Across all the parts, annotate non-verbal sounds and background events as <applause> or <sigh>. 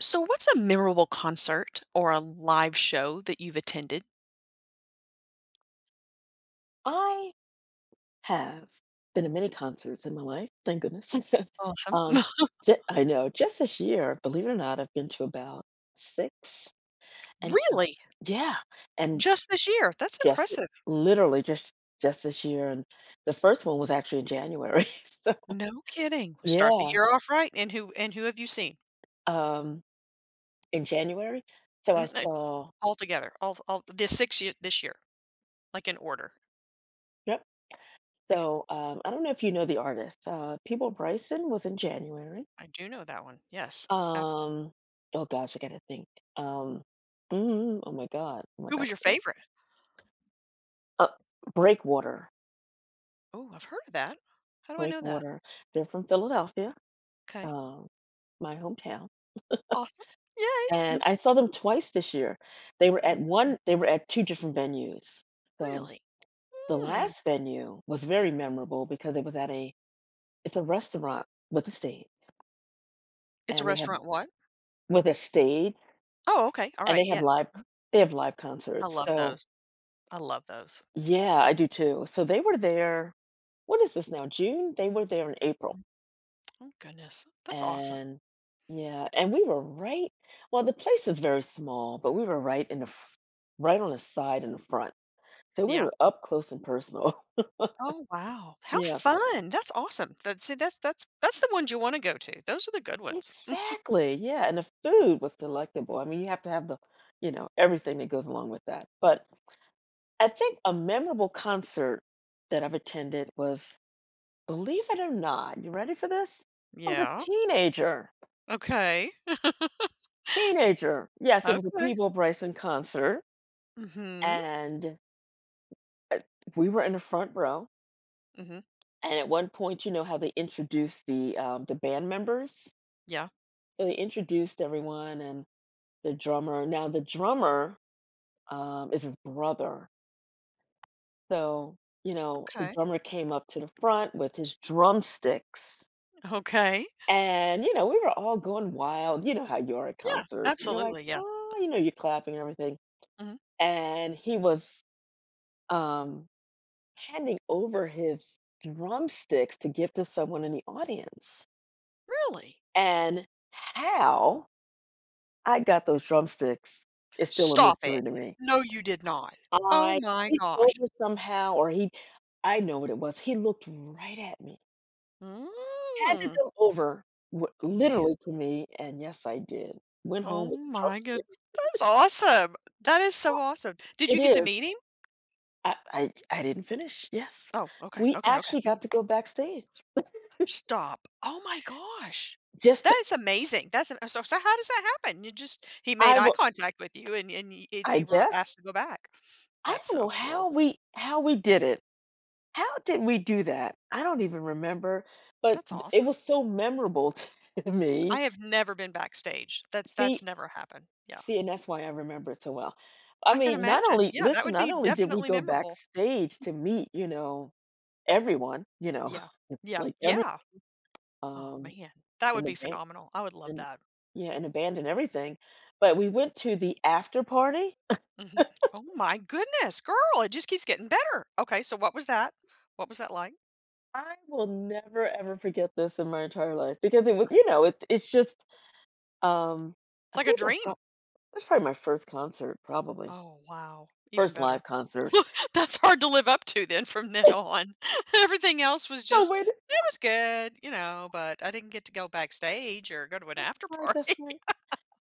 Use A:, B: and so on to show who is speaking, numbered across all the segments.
A: So, what's a memorable concert or a live show that you've attended?
B: I have been to many concerts in my life, thank goodness. <laughs>
A: Awesome.
B: Um,
A: <laughs>
B: ju I know, just this year, believe it or not, I've been to about 6 and count.
A: Really?
B: Yeah, and
A: Just this year? That's
B: just
A: impressive.
B: literally just this year, and the first one was actually in January. <laughs> so
A: No kidding. Start the
B: Yeah,
A: year off right. And who have you seen?
B: um, in January, so I
A: Mhm,
B: saw...
A: all together. All the 6 years this year, like in order.
B: Yep,
A: If
B: so, I don't know if you know the artist, People Bryson was in January.
A: I do know that one. Yes, absolutely.
B: Um, oh gosh, I gotta think. Um, oh my
A: Who
B: God,
A: was your
B: yeah.
A: favorite?
B: Uh, Breakwater.
A: Oh, I've heard of that. How do I know that?
B: Breakwater. They're from Philadelphia,
A: Okay.
B: um, my hometown.
A: Awesome. Yay.
B: And I saw them twice this year. They were at
A: Mhm.
B: two different venues. So
A: Really?
B: the
A: Hmm.
B: last venue was very memorable because it's a restaurant with a stage,
A: It's a
B: and they have
A: restaurant what?
B: with a stage,
A: Oh, okay. All
B: and
A: right.
B: they have
A: Yes.
B: they have live
A: I
B: concerts.
A: love
B: So...
A: those. I love those.
B: Yeah, I do too. So they were there, what is this now, June? They were there in April.
A: Oh goodness, that's awesome.
B: And yeah, and well, the place is very small, but we were right in the f right on the side and the front. So we
A: Yeah.
B: were up close and personal. <laughs>
A: Oh wow, how
B: Yeah,
A: fun! That's awesome. That see, that's the ones you want to go to. Those are the good ones.
B: exactly. Yeah, and the food was delectable. I mean, you have to have the, you know, everything that goes along with that. But I think a memorable concert that I've attended was, believe it or not, you ready for this? I was a
A: Yeah.
B: teenager.
A: Okay.
B: Teenager. Yes, it was a
A: Okay.
B: Peebo Bryson concert,
A: Mhm.
B: and, uh, we were in the front row,
A: Mhm.
B: and at one point, you know how they introduced the band members?
A: Yeah.
B: So they introduced everyone and the drummer, is his brother. So, you know, the
A: Okay.
B: drummer came up to the front with his drumsticks,
A: Okay.
B: and, you know, we were all going wild, you know how you are at
A: Yeah.
B: concerts, you're like,
A: Absolutely. Yeah.
B: "Oh," you know, you're clapping and everything,
A: Mhm.
B: and he was, um handing over his drumsticks to give to someone in the audience.
A: Really?
B: And how I got those drumsticks is still a
A: Stop it!
B: mystery to me.
A: No, you did not. Oh
B: I
A: my
B: reached
A: gosh.
B: over somehow, I know what it was. He looked right at me, handed
A: Mm.
B: them over
A: Man.
B: literally to me, and yes, I did. Went
A: Oh
B: home with the
A: my good.
B: drumsticks.
A: That's awesome. That is so
B: Oh,
A: awesome. Did
B: it
A: you get to
B: is.
A: meet him?
B: I didn't finish. Yes,
A: Oh, okay.
B: we
A: Okay. Okay.
B: actually
A: Mm-hmm.
B: got to go backstage
A: Stop. Oh my gosh.
B: just
A: That
B: to...
A: is amazing. That's am so so how does that happen? You just He made
B: I
A: eye
B: will.
A: contact with you, and y it
B: I
A: you were
B: guess
A: asked to go back.
B: I
A: That's
B: don't know
A: so cool.
B: how we did it. How did we do that? I don't even remember, but
A: That's
B: it
A: awesome.
B: was so memorable <laughs> to
A: I
B: me.
A: have never been backstage. That's
B: See,
A: never happened. Yeah.
B: see, and that's why I remember it so well. I
A: I can
B: mean, not
A: imagine.
B: only
A: Yeah, that
B: listen,
A: would
B: not
A: be
B: only did we
A: definitely
B: go
A: memorable.
B: backstage to meet, you know, everyone, you know,
A: Yeah.
B: <laughs>
A: Yeah.
B: like every
A: Yeah. Oh,
B: um
A: man. That
B: in
A: would
B: the
A: be
B: band
A: phenomenal. I would love
B: and
A: that.
B: yeah, in the band and everything, but we went to the after party.
A: Mhm. Oh my goodness, girl, it just keeps getting better. Okay, so what was that? What was that like?
B: I will never ever forget this in my entire life because it was, you know, it's just... Um,
A: It's
B: I
A: like a
B: think
A: dream.
B: that's probably my first concert, probably.
A: Oh, wow. Even
B: First
A: better.
B: live concert.
A: <laughs> That's hard to live up to then from then
B: <laughs>
A: on. <laughs> Everything else was
B: No,
A: just,
B: wait,
A: it was good, but I didn't get to go backstage or go to an
B: that's
A: after
B: right,
A: party.
B: that's right.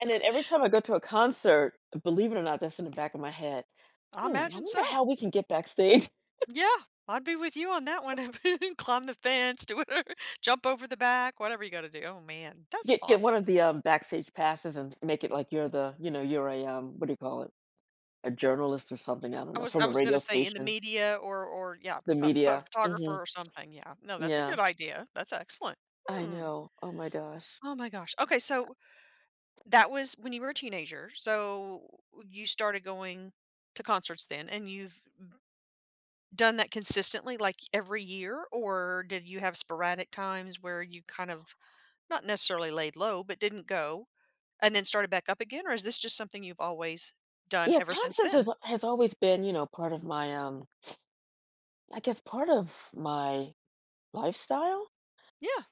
B: And then every time I go to a concert, believe it or not, that's in the back of my head.
A: <laughs> I
B: "Hmm, I
A: imagine so.
B: wonder how we can get backstage,
A: Yeah, I'd be with you on that one. <laughs> Climb the fence, do whatever, <laughs> jump over the back, whatever you got to do. Oh man,
B: <laughs>
A: that's
B: get one
A: awesome.
B: of the, backstage passes and make it like you're the you know, you're a, what do you call it? A journalist or something, I don't
A: I
B: know,
A: was
B: from
A: I
B: the
A: was
B: radio
A: gonna say in the
B: station,
A: media or yeah,
B: the
A: a pho-
B: media."
A: photographer
B: Mhm,
A: or something. Yeah, no, that's a
B: yeah,
A: good idea. That's excellent.
B: I
A: Hmm.
B: know, oh my gosh.
A: Oh my gosh. Okay, so that was when you were a teenager, so you started going to concerts then, and you've done that consistently, like, every year, or did you have sporadic times where you kind of not necessarily laid low, but didn't go, and then started back up again, or is this just something you've always done
B: Yeah,
A: ever since
B: concerts
A: then?
B: has always been, you know, part of my, I guess part of my lifestyle,
A: Yeah.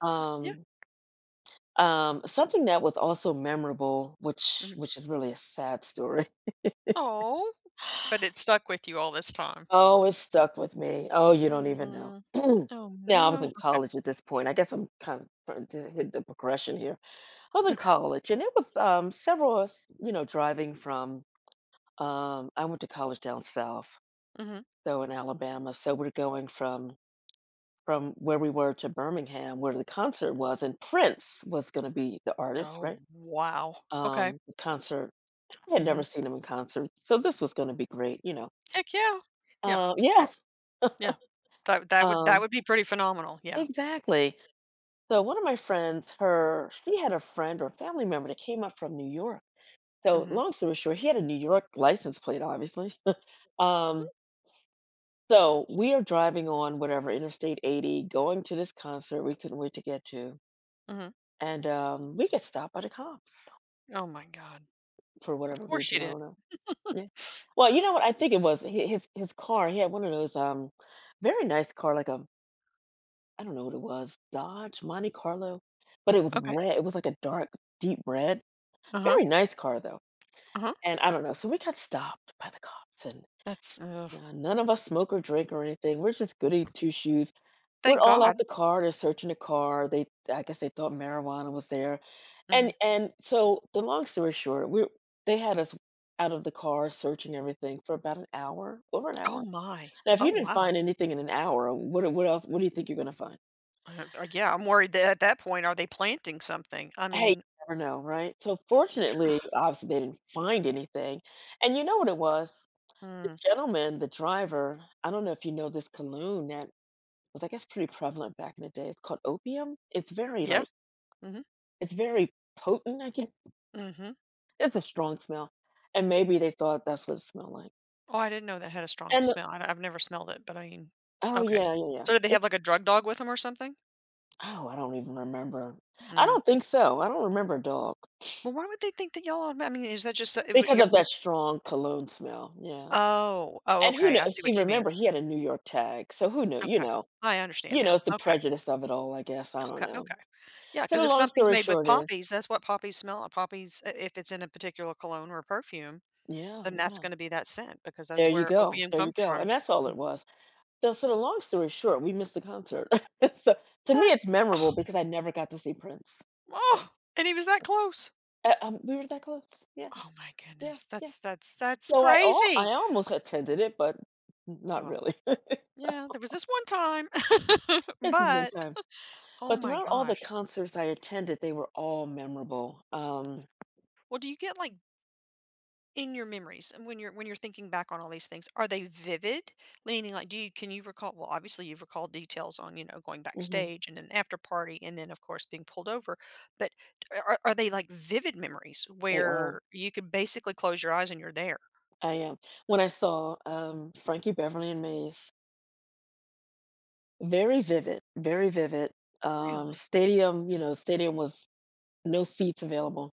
A: Yeah.
B: um, something that was also memorable, which
A: Mhm.
B: is really a sad story. <laughs>
A: Aw, but it stuck with you all this time.
B: Oh, it stuck with me. Oh, you don't even know.
A: Mm.
B: <clears throat>
A: Oh,
B: Now I was
A: no.
B: in
A: Okay.
B: college at this point. I guess I'm kind of trying to hit the progression here. I was in
A: Okay.
B: college, and it was several of us, you know, driving from... I went to college down south,
A: Mhm.
B: so in Alabama. So we're going from where we were to Birmingham, where the concert was, and Prince was gonna be the artist,
A: Oh,
B: right?
A: wow. Okay.
B: The concert I had
A: Mhm.
B: never seen him in concert, so this was gonna be great, you know?
A: Heck yeah. Yeah.
B: Uh, yeah,
A: Yeah. That that would that
B: um
A: would be pretty phenomenal, yeah.
B: exactly. So one of my friends, her she had a friend or family member that came up from New York. So
A: Mhm,
B: long story short, he had a New York license plate, obviously. <laughs> Um, so we are driving on whatever, Interstate 80, going to this concert we couldn't wait to get to,
A: mhm.
B: and, we get stopped by the cops.
A: Oh my god.
B: For
A: Of
B: whatever
A: course she
B: reason, I
A: did.
B: don't know. Yeah. Well, you know what? I think it was hi his car. He had one of those, very nice car, like a... I don't know what it was, Dodge Monte Carlo, but it was
A: Okay.
B: red. It was like a dark, deep red.
A: Uh-huh,
B: Very nice car though.
A: uh-huh.
B: And I don't know. So we got stopped by the cops and
A: That's ugh.
B: none of us smoke or drink or anything. We're just goody two shoes. We're
A: Thank
B: all
A: God.
B: out the car, they're searching the car, they I guess they thought marijuana was there, and
A: Mhm.
B: so the long story short, we they had us out of the car searching everything for about an hour, over an
A: Oh
B: hour.
A: my.
B: Now if
A: Oh,
B: you didn't
A: wow.
B: find anything in an hour, what else what do you think you're gonna find?
A: Yeah, I'm worried that at that point, are they planting something? I
B: Hey, you
A: mean.
B: never know, right? So fortunately,
A: <sighs>
B: obviously they didn't find anything, and you know what it was? The
A: Mm.
B: gentleman, the driver, I don't know if you know this cologne that was I guess pretty prevalent back in the day, it's called opium. It's very
A: Yeah.
B: like...
A: Mhm,
B: It's very potent, I guess.
A: mhm.
B: It's a strong smell, and maybe they thought that's what it smelled like.
A: Oh, I didn't know that had a strong
B: And the
A: smell. I have never smelled it, but I mean.
B: oh,
A: Okay.
B: yeah,
A: s-
B: yeah, yeah.
A: So did they have,
B: It's...
A: like, a drug dog with them or something?
B: oh, I don't even remember. I
A: Mm.
B: don't think so. I don't remember dog
A: Well, why would they think that y'all, I mean, is that just, it w
B: because
A: yeah,
B: of
A: it
B: that
A: was.
B: strong cologne smell, yeah.
A: Oh. Oh,
B: And who
A: okay. I see
B: knows? See,
A: what you mean.
B: remember, he had a New York tag, so who knew, you
A: Okay.
B: know...
A: I understand
B: you know,
A: now.
B: it's the
A: Okay.
B: prejudice of it all, I guess, I don't
A: Okay,
B: know.
A: okay. Yeah,
B: So
A: because
B: the
A: if
B: long
A: something's
B: story
A: made with
B: short is...
A: poppies, that's what poppies smell like. Poppies, I if it's in a particular cologne or perfume,
B: yeah,
A: then that's
B: yeah.
A: gonna be that scent because that's where opium
B: There you
A: comes
B: go,
A: from.
B: and that's all
A: Mm.
B: it was. So, so the long story short, we missed the concert. <laughs> So, to me,
A: that's
B: it's memorable
A: oh,
B: because I never got to see Prince. So,
A: oh, and he was that close.
B: we were that close. Yeah,
A: Oh my
B: yeah,
A: goodness.
B: yeah.
A: That's
B: So I all I
A: crazy.
B: almost attended it, but not
A: Well,
B: really.
A: yeah, there was this one time, <laughs>
B: <laughs> It's just one
A: but
B: time.
A: oh
B: But
A: my
B: throughout all the
A: gosh.
B: concerts I attended, they were all memorable.
A: Well, do you get, like, in your memories, and when you're thinking back on all these things, are they vivid, meaning like do you can you recall, well, obviously you've recalled details on going
B: Mhm,
A: backstage and an after party and then of course being pulled over, but are they like vivid memories
B: they are.
A: where you could basically close your eyes and you're there?
B: I am. When I saw, Frankie Beverly and Maze, very vivid, very vivid.
A: Really.
B: Stadium, you know, stadium was... no seats available.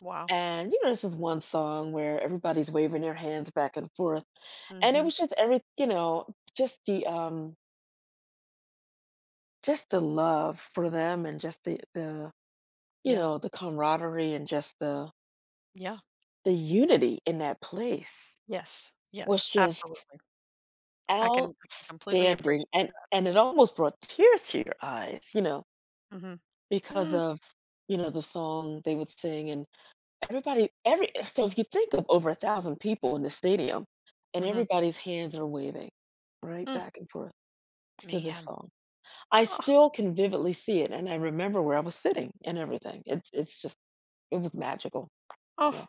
A: Wow.
B: And, you know, this is one song where everybody's waving their hands back and forth. And it
A: Mm-hmm.
B: was just every, you know, just the love for them and just the you
A: Yeah,
B: know, the camaraderie and just the
A: yeah.
B: the unity in that place
A: Yes,
B: was
A: yes,
B: just
A: absolutely. I can completely
B: outstanding.
A: appreciate.
B: And it almost brought tears to your eyes, you know,
A: Mm-hmm.
B: because of, you know, the song they would sing and... Everybody, every so if you think of over 1,000 people in the stadium, and
A: Mm-hmm.
B: everybody's hands are waving, right,
A: Mm.
B: back and forth to this
A: Man.
B: song. I
A: Oh,
B: still can vividly see it, and I remember where I was sitting and everything. It's just... it was magical. Yeah.
A: oh.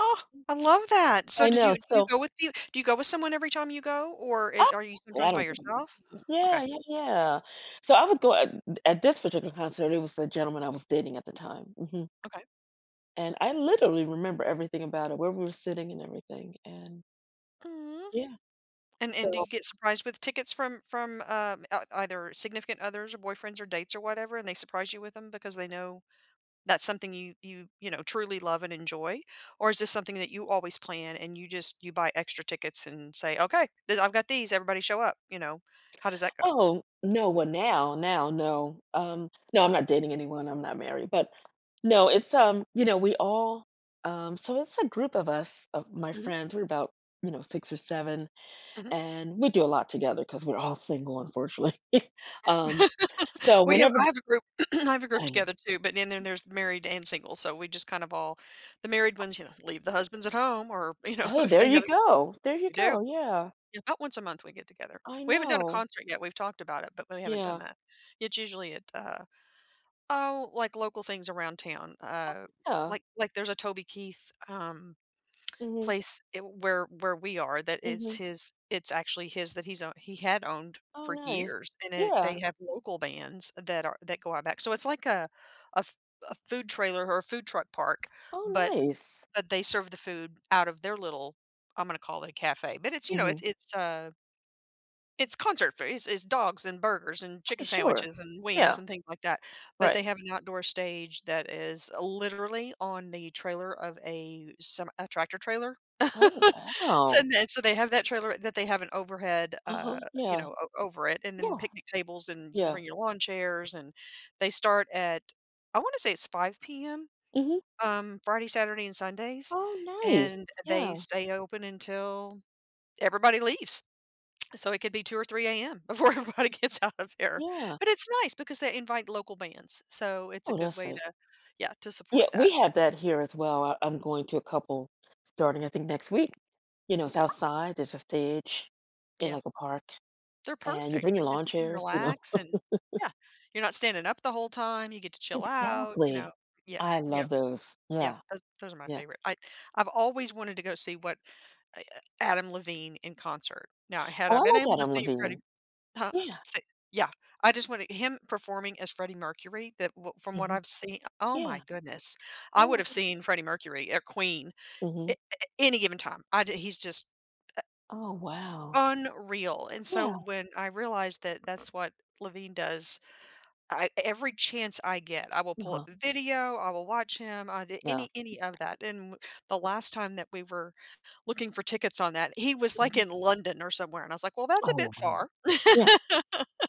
A: Oh, I love that. So
B: I
A: did you
B: know,
A: do you
B: so...
A: go with you do you go with someone every time you go, or is
B: Oh,
A: are you
B: I
A: sometimes by
B: don't give a
A: yourself?
B: mess.
A: Okay,
B: Yeah, yeah, yeah. So I would go at this particular concert, it was the gentleman I was dating at the time, mhm,
A: okay.
B: and I literally remember everything about it, where we were sitting and everything, and
A: Aw.
B: yeah,
A: And do
B: so...
A: you get surprised with tickets from, ei either significant others or boyfriends or dates or whatever, and they surprise you with them because they know that's something you truly love and enjoy? Or is this something that you always plan and you buy extra tickets and say, "Okay, th I've got these, everybody show up," you know? How does that go?
B: Oh, no, well, no. No, I'm not dating anyone, I'm not married, but no, it's, you know, we all, so it's a group of us, of my
A: Mhm,
B: friends, we're about, you know, 6 or 7, and we do a lot together because 'cause we're all single, unfortunately. <laughs> Um,
A: mhm.
B: so
A: We have
B: whenever...
A: I have a group <clears throat> I have a group
B: I know.
A: together too, but then there's married and single, so we just kind of all the married ones, leave the husbands at home or, <laughs>
B: Hey,
A: if they have a
B: there you
A: they do.
B: go, yeah,
A: Yeah. About once a month we get together.
B: I
A: We haven't done a
B: know,
A: concert yet, we've talked about it, but we haven't done
B: yeah.
A: that. It's usually at, oh, like local things around town.
B: Oh, yeah,
A: Like there's a Toby Keith,
B: mhm,
A: place I where we are, that is
B: mhm.
A: his it's actually his, that he's own he had owned
B: Oh,
A: for
B: nice.
A: years, and it they
B: Yeah,
A: have local bands that go out back. So it's like a f a food trailer or a food truck park,
B: oh,
A: but
B: nice.
A: but they serve the food out of their little, I'm gonna call it a cafe, but it's, you know, it's
B: Mhm.
A: it's, uh it's concert food, it's dogs and burgers and
B: Okay,
A: chicken
B: sure.
A: sandwiches and wings
B: Yeah,
A: and things like that, but
B: right.
A: they have an outdoor stage that is literally on the trailer of a tractor trailer. <laughs>
B: Oh,
A: So,
B: wow.
A: and then so they have that trailer, that they have an overhead,
B: Uh-huh,
A: you
B: yeah.
A: know, o over it, and then
B: Yeah,
A: picnic tables, and you can
B: yeah.
A: bring your lawn chairs, and they start at, I wanna say, it's 5 p.m.,
B: Mhm.
A: Friday, Saturday, and Sundays,
B: Oh, nice.
A: and they
B: Yeah,
A: stay open until everybody leaves. So it could be 2 or 3 a.m. <laughs> before everybody gets out of there.
B: yeah.
A: But it's nice because they invite local bands, so it's a
B: Oh,
A: good
B: that's
A: way
B: nice.
A: to, yeah, to
B: Yeah,
A: support
B: we
A: that. But,
B: have that here as well. I'm going to a couple starting, I think, next week. You know, it's outside, there's a stage in,
A: yeah,
B: like, a park,
A: they're
B: and you
A: perfect
B: bring your
A: because
B: lawn
A: you can
B: chairs, you know...
A: relax, and yeah, you're not standing up the whole time, you get to
B: <laughs>
A: chill out, you
B: Exactly.
A: know. Yeah, yeah,
B: I
A: yeah,
B: love those.
A: yeah,
B: Yeah,
A: those are my
B: yeah.
A: favorite. I've always wanted to go see uh, Adam Levine in concert. Now, had
B: Oh,
A: I
B: I
A: been able
B: like
A: to
B: Adam
A: see
B: Levine.
A: Freddie. Huh.
B: Yeah.
A: So, yeah, I just want him performing as Freddie Mercury, that w from what
B: Mhm.
A: I've seen. Oh
B: Yeah.
A: my goodness. I
B: Oh
A: would
B: my
A: have
B: goodness.
A: seen Freddie Mercury or Queen a
B: Mhm.
A: a any given time. I d He's just u
B: Oh, wow.
A: unreal, and so
B: Yeah.
A: when I realized that that's what Levine does, I every chance I get, I will pull up
B: Uh-huh.
A: a video, I will watch him, I d
B: Yeah.
A: any of that, and the last time that we were looking for tickets on that, he was, like,
B: Mhm.
A: in London or somewhere, and I was like, "Well, that's a
B: Oh,
A: bit
B: wow.
A: far."
B: Yeah.
A: <laughs>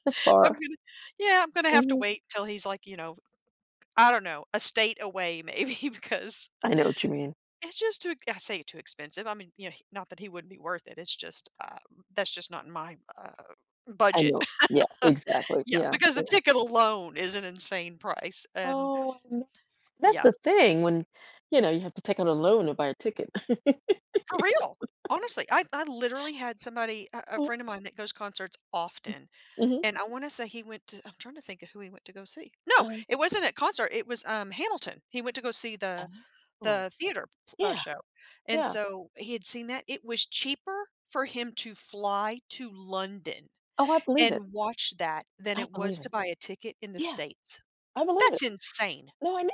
B: That's
A: I'm
B: far.
A: gonna, yeah, I'm gonna have to
B: Mhm.
A: wait till he's like, I don't know, a state away maybe <laughs> because
B: I know what you mean.
A: it's just too, I say, too expensive. I mean, not that he wouldn't be worth it. It's just, that's just not in my
B: I
A: budget.
B: know. Yeah,
A: <laughs>
B: exactly.
A: Yeah,
B: Yeah,
A: because the
B: yeah.
A: ticket alone is an insane price, and
B: Oh, no. That's
A: yeah,
B: the thing when, you know, you have to take out a loan to buy a ticket. <laughs>
A: for real. Honestly, I literally had somebody, a
B: Oh,
A: friend of mine that goes concerts often,
B: mhm.
A: and I want to say he went to. I'm trying to think of who he went to go see. No,
B: Oh,
A: it wasn't at concert. It was Hamilton. He went to go see the
B: oh.
A: Theater p
B: Yeah,
A: show, and
B: yeah.
A: so he had seen that. It was cheaper for him to fly to London
B: Oh, I believe it.
A: and watch that than
B: I
A: it was
B: believe
A: to
B: it.
A: buy a ticket in the
B: Yeah,
A: States.
B: I believe it.
A: That's insane.
B: No, I know.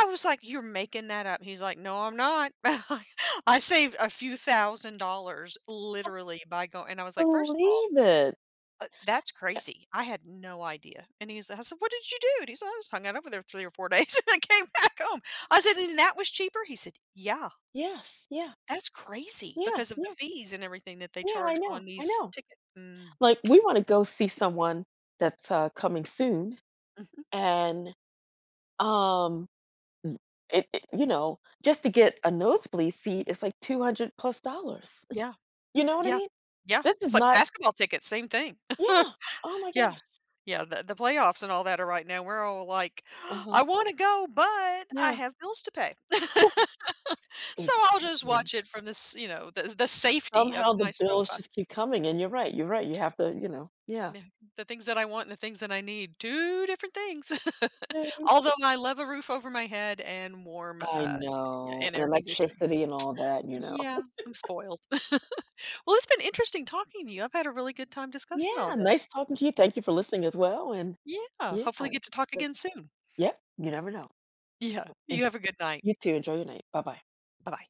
A: I was like, "You're making that up." He's like, "No, I'm not." <laughs> I saved a few thousand dollars
B: <laughs>
A: literally by going." And I was
B: I
A: like, "First of all,
B: believe it.
A: that's
B: Uh,
A: crazy. I had no idea." And he's I said, "What did you do?" And he's like, "I just hung out over there 3 or 4 days <laughs> and I came back home." I said, "And that was cheaper?" He said, "Yeah."
B: yes, yeah,
A: That's crazy
B: yeah,
A: because of the
B: yeah,
A: fees and everything that they
B: yeah, I
A: charge
B: know,
A: on
B: I
A: these
B: know.
A: tickets. Mm,
B: Like, we wanna go see someone that's, coming soon,
A: mhm.
B: and, um Z it you know, just to get a nosebleed seat it's like $200+. <laughs>
A: Yeah,
B: You know what I
A: yeah,
B: mean?
A: yeah.
B: This is
A: It's like
B: not...
A: basketball tickets, same thing. <laughs>
B: yeah. Oh my
A: Yeah.
B: gosh.
A: Yeah, the playoffs and all that are right now, we're all like, <gasps> "I
B: Uh-huh.
A: wanna go, but I
B: Yeah.
A: have bills to pay."
B: Yeah.
A: <laughs> So I'll just
B: Exactly.
A: watch it from this, you know, the safety of
B: Somehow the
A: my
B: bills
A: sofa.
B: just keep coming, and you're right, you have to, you know... yeah.
A: Yeah, the things that I want and the things that I need, 2 different things. <laughs>
B: Things.
A: Although I love a roof over my head and warm,
B: I
A: yeah,
B: know,
A: and
B: and
A: air conditioning.
B: electricity and all that, you know.
A: Yeah, I'm spoiled. <laughs> Well, it's been interesting talking to you. I've had a really good time discussing all
B: Yeah,
A: this.
B: nice talking to you, thank you for listening as well, and
A: Yeah,
B: yeah,
A: hopefully get to talk
B: but
A: again soon.
B: yeah, you never know.
A: Yeah,
B: And
A: you have a good night.
B: you too, enjoy your night. Bye-bye.
A: Bye-bye.